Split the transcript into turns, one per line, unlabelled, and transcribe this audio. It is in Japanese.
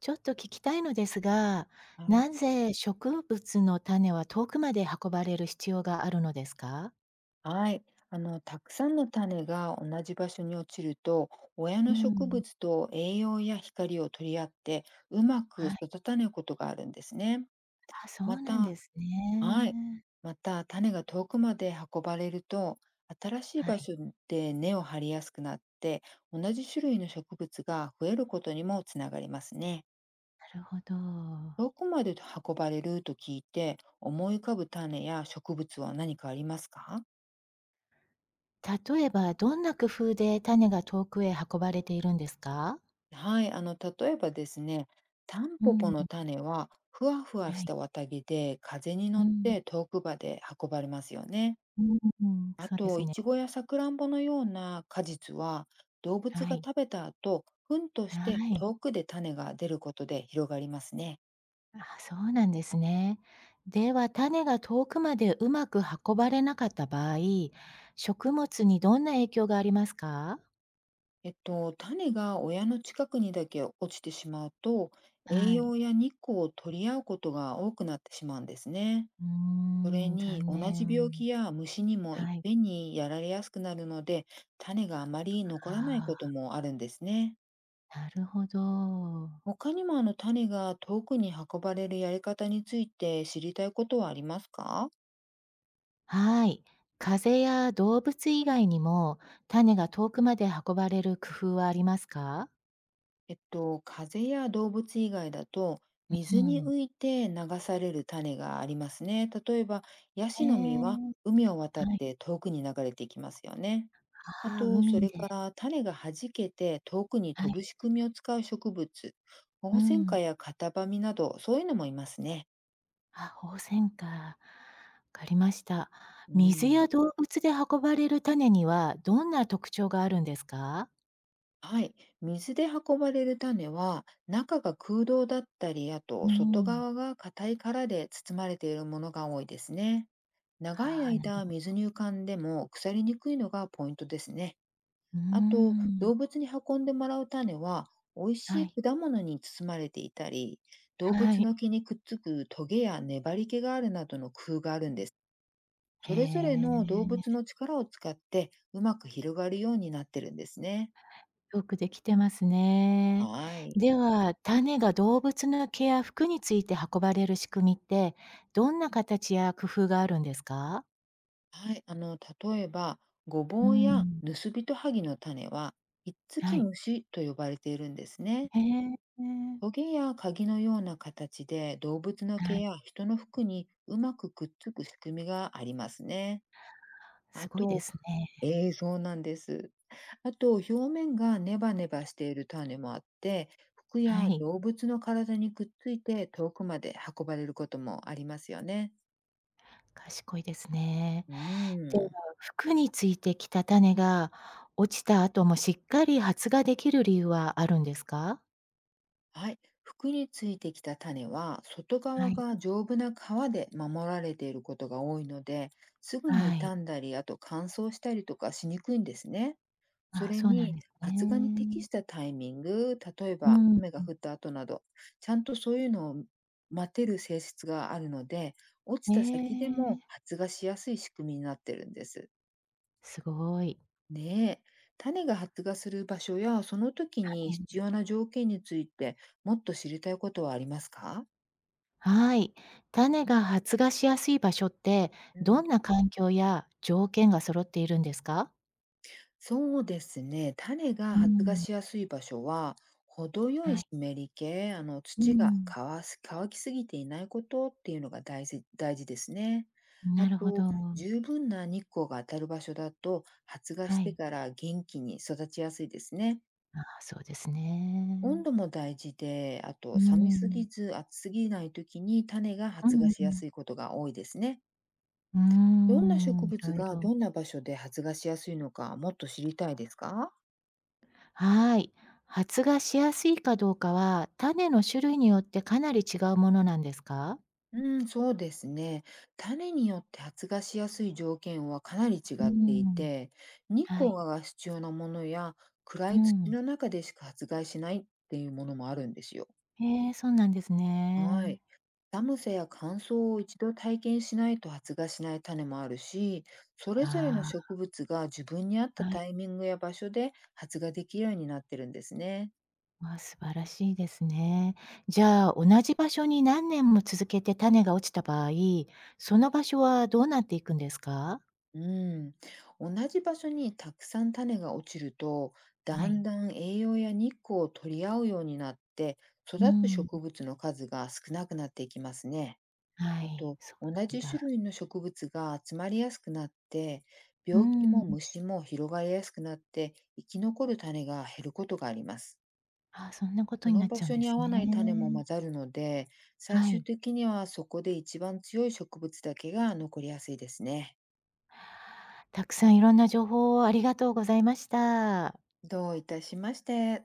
ちょっと聞きたいのですが、
はい。
なぜ植物の種は遠くまで運ばれる必要があるのですか？
はい。たくさんの種が同じ場所に落ちると、親
う
の植
ん。
物と栄養や光を取り合って、うまく
はい、
育たないことがあるんですね。
あ、そ
ま
うなんで
た、
す
はい。
ね。
また、種が遠くまで運ばれると、新しい
は
場
い、
所で根を張りやすくなって、同じ種類の植物が増えることにもつながりますね。
なるほど。
遠くまで運ばれると聞いて、思い浮かぶ種や植物は何かありますか？
例えばどんな工夫で種が遠くへ運ばれているんですか？
はい、例えばですね、タン
う
ポポ
ん。
の種はふわふわ
は
し
い。
た綿毛で風に
う
乗っ
ん。
て遠くまで運ばれますよね。
うーん、
あ
そうで
と、
す
イ
ね。
チゴやさくらんぼのような果実は動
は
物が
い。
食べた後、糞と
は
して
い。
遠くで種が出ることで広がりますね。
あ、そうなんですね。では、種が遠くまでうまく運ばれなかった場合、食物にどんな影響がありますか？
種が親の近くにだけ落ちてしまうと、栄
はい。
養や日光を取り合うことが多くなってしまうんですね。
うー
それ
ん、
に
残
同じ病気
念。
や虫にもいっ
はい。
ぺんにやられやすくなるので、種があまり残らないこ
あ
ともあるんですね。
あ、なるほど。
他にも種が遠くに運ばれるやり方について知りたいことはありますか？
はい。風や動物以外にも、種が遠くまで運ばれる工夫はありますか？
風邪や動物以外だと、
う
水に
ん。
浮いて流される種がありますね。例えば、ヤ
え
シの実は
え、
海を渡っ
はい。
て遠くに流れていきますよね。あ
ああ、
と、そ
海
れ
で。
から種が弾けて遠くに
は
飛ぶ
い。
仕組みを使う植物、
う
ホウセン
ん。
カやカタバミなど、そういうのもいますね。
あ、ホウセンか。わかりました。
う
水
ん。
や動物で運ばれる種にはどんな特徴があるんですか？
はい。水で運ばれる種は、中が空洞だったり、あ
う
と
ー
外
ん。
側が硬い殻で包まれているものが多いですね。長い
ああ、なる
間水に浮かんでも腐りにくいのがポイントですね。
うー
あと、
ん。
動物に運んでもらう種は、美味
は
し
い。
い果物に包まれていたり、動
は
物
い。
の毛にくっつくトゲや粘り気があるなどの工夫があるんです。
へ
それぞれ
え、
の動物の力を使って、うまく広がるようになってるんですね。
よくできてますね。
はい。
では、種が動物の毛や服について運ばれる仕組みって、どんな形や工夫があるんですか？
はい、例えば、ご
うー
ぼうや
ん。
ヌスビトハギの種は、ひっつ
は
き
い。
虫と呼ばれているんですね。
へえ。
トゲや鍵のような形で動物の
は
毛
い。
や人の服にうまくくっつく仕組みがありますね。あ
すごいで
と、
すね。
映像なんです。あと、表面がネバネバしている種もあって、服
は
や
い。
動物の体にくっついて遠くまで運ばれることもありますよね。
賢いですね。
う
では、
ん。
服についてきた種が落ちた後もしっかり発芽できる理由はあるんですか？
はい、服についてきた種は外
は
側
い、
が丈夫な皮で守られていることが多いので、すぐ
は
に傷
い。
んだりあと乾燥したりとかしにくいんですね。そ
あ、
れ
そうなん
に
です
発芽に適
ね。
したタイミング、例え
う
ば
ん。
雨が降った後など、ちゃんとそういうのを待てる性質があるので、落ち
え
た先でも
え、
発芽しやすい仕組みになってるんです。
すごい。
ねえ、種が発芽する場所やその時
は
に
い。
必要な条件についてもっと知りたいことはありますか？
はい。種が発芽しやすい場所って、
う
ど
ん、
んな環境や条件が揃っているんですか？
そうですね、種が
う
発芽
ん。
しやすい場所は、程よ
は
い湿
い。
り気、
う
土が
ん。
乾きすぎていないことっていうのが大事大事ですね。あ
なるほ
と、
ど。
十分な日光が当たる場所だと、発芽
は
して
い。
から元気に育ちやすいですね。
ああ、そうですね。
温度も大事で、あ
う
と寒すぎ
ん。
ず暑すぎない時に種が
う
発芽
ん。
しやすいことが多いですね。
うー
どんな植
ん、い
物
ろい
が
ろ。
どんな場所で発芽しやすいのかもっと知りたいですか？
はい。発芽しやすいかどうかは、種の種類によってかなり違うものなんですか？
うん、そうですね。種によって発芽しやすい条件はかなり違
うー
ってい
ん、
て、日
は
光
い。
が必要なものや暗
う
い土
ん。
の中でしか発芽しないっていうものもあるんですよ。
へえ、そうなんです
は
ね。
い。寒さや乾燥を一度体験しないと発芽しない種もあるし、それぞれの
あ
植物が自分に合っ
あ、
た
はい。
タイミングや場所で発芽できるようになってるんですね。
わあ、素晴らしいですね。じゃあ、同じ場所に何年も続けて種が落ちた場合、その場所はどうなっていくんですか？
うん。同じ場所にたくさん種が落ちると、
は
だん
い。
だん栄養や日光を取り合うようになって、育
う
つ
ん、
植物の数が少なくなっていきますね。
は
あ
い。
と、
そ
同
うなん
じ種
だ。
類の植物が集まりやすくなって、
う
病気も
ん。
虫も広がりやすくなって、生き残る種が減ることがあります。
ああ、そんなこと
そ
にな
の
っち
場
ゃうん
所
で
に
す
合わ
ね。
ない種も混ざるので、最
は
終
い。
的にはそこで一番強い植物だけが残りやすいですね。
たくさんいろんな情報をありがとうございました。
どういたしまして。